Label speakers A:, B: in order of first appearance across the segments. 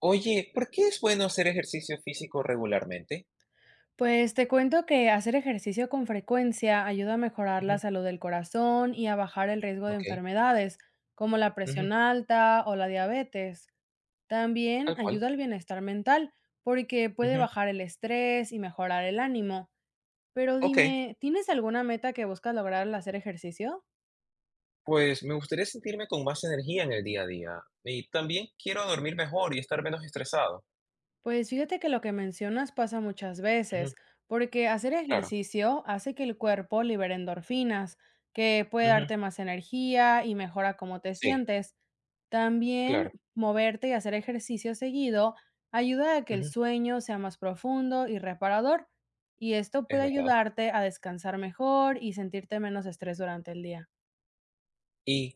A: Oye, ¿por qué es bueno hacer ejercicio físico regularmente?
B: Pues te cuento que hacer ejercicio con frecuencia ayuda a mejorar la
A: Ujú.
B: salud del corazón y a bajar el riesgo de
A: Okey.
B: enfermedades como la
A: Ujú.
B: presión alta o la diabetes. También
A: Tal cual.
B: ayuda al bienestar mental porque puede
A: Ujú.
B: bajar el estrés y mejorar el ánimo. Pero
A: Okey,
B: dime, ¿tienes alguna meta que buscas lograr al hacer ejercicio?
A: pues me gustaría sentirme con más energía en el día a día y también quiero dormir mejor y estar menos estresado.
B: Pues fíjate que lo que mencionas pasa muchas veces,
A: Ujú.
B: porque hacer
A: Claro.
B: ejercicio hace que el cuerpo libere endorfinas, que puede
A: Ujú.
B: darte más energía y mejora cómo te
A: Sí,
B: sientes. También
A: claro.
B: moverte y hacer ejercicio seguido ayuda a que el
A: Ujú.
B: sueño sea más profundo y reparador, y esto
A: Es
B: puede
A: verdad.
B: ayudarte a descansar mejor y sentirte menos estrés durante el día.
A: ¿Y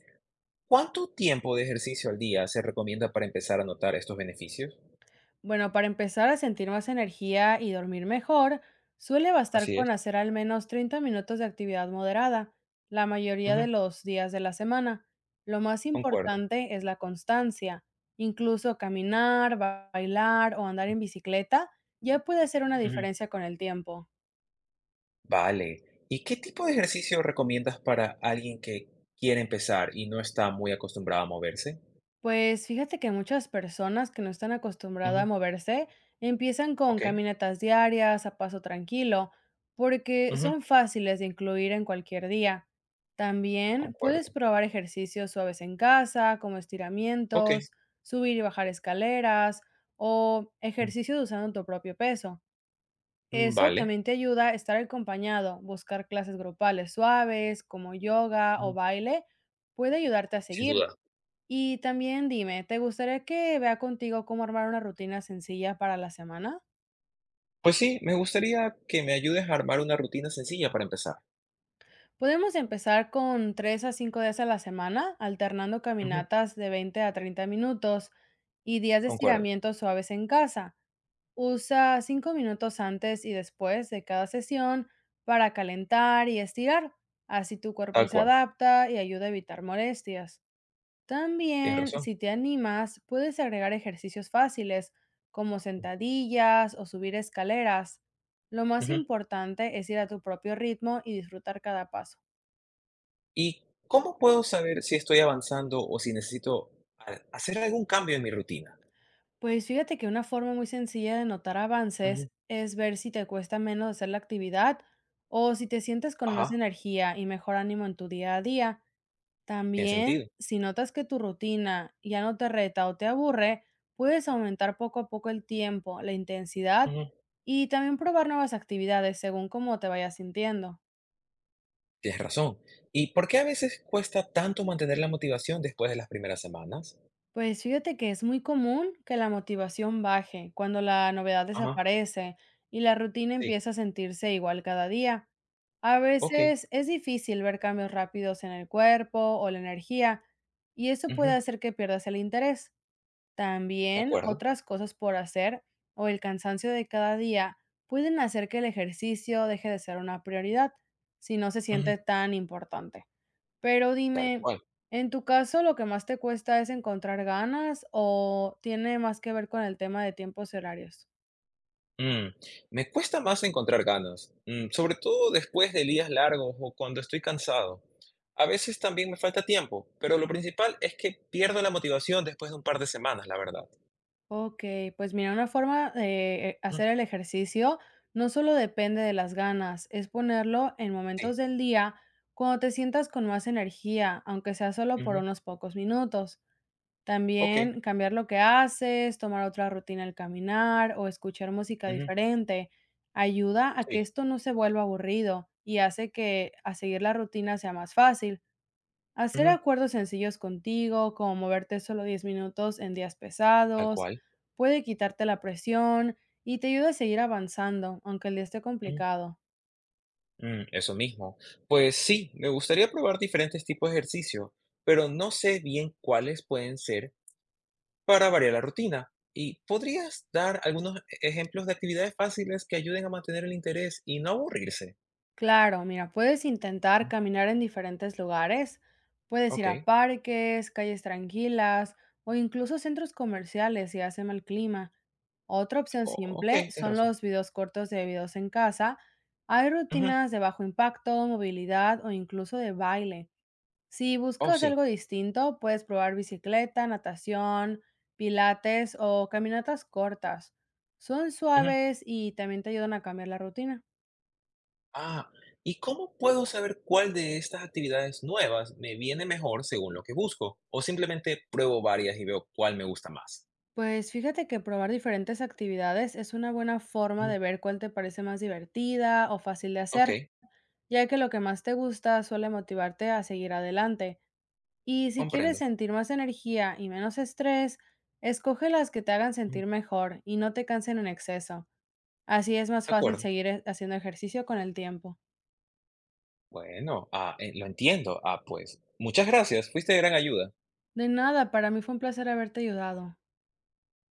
A: cuánto tiempo de ejercicio al día se recomienda para empezar a notar estos beneficios?
B: Bueno, para empezar a sentir más energía y dormir mejor, suele bastar
A: Así es.
B: con hacer al menos 30 minutos de actividad moderada, la mayoría de
A: Ujú.
B: los días de la semana. Lo más
A: Concuerdo.
B: importante es la constancia. Incluso caminar, bailar o andar en bicicleta ya puede hacer una
A: Ujú.
B: diferencia con el tiempo.
A: Vale. ¿Y qué tipo de ejercicio recomiendas para alguien que quiere empezar y no está muy acostumbrado a moverse?
B: Pues fíjate que muchas personas que no están acostumbradas a
A: Ujú.
B: moverse empiezan con
A: Ok.
B: caminatas diarias a paso tranquilo, porque
A: Ujú.
B: son fáciles de incluir en cualquier día. También
A: Concuerdo.
B: puedes probar ejercicios suaves en casa, como
A: Ok.
B: estiramientos, subir y bajar escaleras o
A: Mm.
B: ejercicios usando tu propio peso.
A: Mm,
B: Eso
A: vale.
B: también te ayuda a estar acompañado; buscar clases grupales suaves como yoga o
A: Ujú.
B: baile puede ayudarte a
A: Sin
B: seguir.
A: duda.
B: Y también dime, ¿te gustaría que vea contigo cómo armar una rutina sencilla para la semana?
A: Pues sí, me gustaría que me ayudes a armar una rutina sencilla para empezar.
B: Podemos empezar con 3 a 5 días a la semana, alternando
A: Ujú.
B: caminatas de 20 a 30 minutos y días de
A: Concuerdo.
B: estiramientos suaves en casa. Usa 5 minutos antes y después de cada sesión para calentar y estirar. Así tu cuerpo
A: Tal
B: se
A: cual.
B: adapta y ayuda a evitar molestias.
A: Tienes
B: También,
A: razón.
B: si te animas, puedes agregar ejercicios fáciles como sentadillas o subir escaleras. Lo más
A: Ujú.
B: importante es ir a tu propio ritmo y disfrutar cada paso.
A: ¿Y cómo puedo saber si estoy avanzando o si necesito hacer algún cambio en mi rutina?
B: Pues fíjate que una forma muy sencilla de notar
A: Ujú.
B: avances es ver si te cuesta menos hacer la actividad, o si te sientes con más
A: Ajá.
B: energía y mejor ánimo en tu día a día.
A: Tiene sentido.
B: También, si notas que tu rutina ya no te reta o te aburre, puedes aumentar poco a poco el tiempo, la intensidad, y también probar nuevas actividades según cómo te vayas sintiendo.
A: Tienes razón. ¿Y por qué a veces cuesta tanto mantener la motivación después de las primeras semanas?
B: Pues fíjate que es muy común que la motivación baje cuando la novedad
A: Ajá.
B: desaparece y la rutina
A: Sí.
B: empieza a sentirse igual cada día. A
A: Ok.
B: veces es difícil ver cambios rápidos en el cuerpo o la energía, y eso puede
A: Ujú.
B: hacer que pierdas el interés.
A: De
B: También
A: acuerdo.
B: otras cosas por hacer o el cansancio de cada día pueden hacer que el ejercicio deje de ser una prioridad si no se
A: Ujú.
B: siente tan importante. Pero
A: Tal
B: dime,
A: cual.
B: ¿en tu caso lo que más te cuesta es encontrar ganas, o tiene más que ver con el tema de tiempos y horarios?
A: Mm, Me cuesta más encontrar ganas, sobre todo después de días largos o cuando estoy cansado. A veces también me falta tiempo, pero lo principal es que pierdo la motivación después de un par de semanas, la verdad.
B: Ok, pues mira, una forma de
A: Ujú.
B: hacer el ejercicio no solo depende de las ganas, es ponerlo en momentos
A: Sí.
B: del día cuando te sientas con más energía, aunque sea solo por
A: Ujú.
B: unos pocos minutos.
A: Ok.
B: También, cambiar lo que haces, tomar otra rutina al caminar o escuchar música
A: Ujú.
B: diferente, ayuda a que
A: Sí.
B: esto no se vuelva aburrido y hace que a seguir la rutina sea más fácil. Hacer
A: Ujú.
B: acuerdos sencillos contigo, como moverte solo 10 minutos en días
A: Tal
B: pesados,
A: cual.
B: puede quitarte la presión y te ayuda a seguir avanzando, aunque el día esté complicado.
A: Mm, eso mismo. Pues sí, me gustaría probar diferentes tipos de ejercicio, pero no sé bien cuáles pueden ser para variar la rutina. ¿Y podrías dar algunos ejemplos de actividades fáciles que ayuden a mantener el interés y no aburrirse?
B: Claro, mira, puedes intentar
A: Mm.
B: caminar en diferentes lugares, puedes ir
A: Ok.
B: a parques, calles tranquilas o incluso centros comerciales si hace mal clima. Otra opción
A: Ok,
B: simple
A: tienes
B: son
A: razón.
B: los videos cortos de videos en casa. Hay
A: Ujú.
B: rutinas de bajo impacto, movilidad o incluso de baile. Si
A: Oh,
B: buscas
A: sí.
B: algo distinto, puedes probar bicicleta, natación, pilates o caminatas cortas. Son
A: Ujú.
B: suaves y también te ayudan a cambiar la rutina.
A: Ah, ¿y cómo puedo saber cuál de estas actividades nuevas me viene mejor según lo que busco? ¿O simplemente pruebo varias y veo cuál me gusta más?
B: Pues fíjate que probar diferentes actividades es una buena forma de
A: Ujú.
B: ver cuál te parece más divertida o fácil de
A: Ok.
B: hacer, ya que lo que más te gusta suele motivarte a seguir adelante. Y si quieres
A: Comprendo.
B: sentir más energía y menos estrés, escoge las que te hagan
A: Ujú.
B: sentir mejor y no te cansen en exceso. Así es más
A: De
B: fácil
A: acuerdo.
B: seguir haciendo ejercicio con el tiempo.
A: Bueno, lo entiendo. Ah, pues, muchas gracias. Fuiste de gran ayuda.
B: De nada, para mí fue un placer haberte ayudado.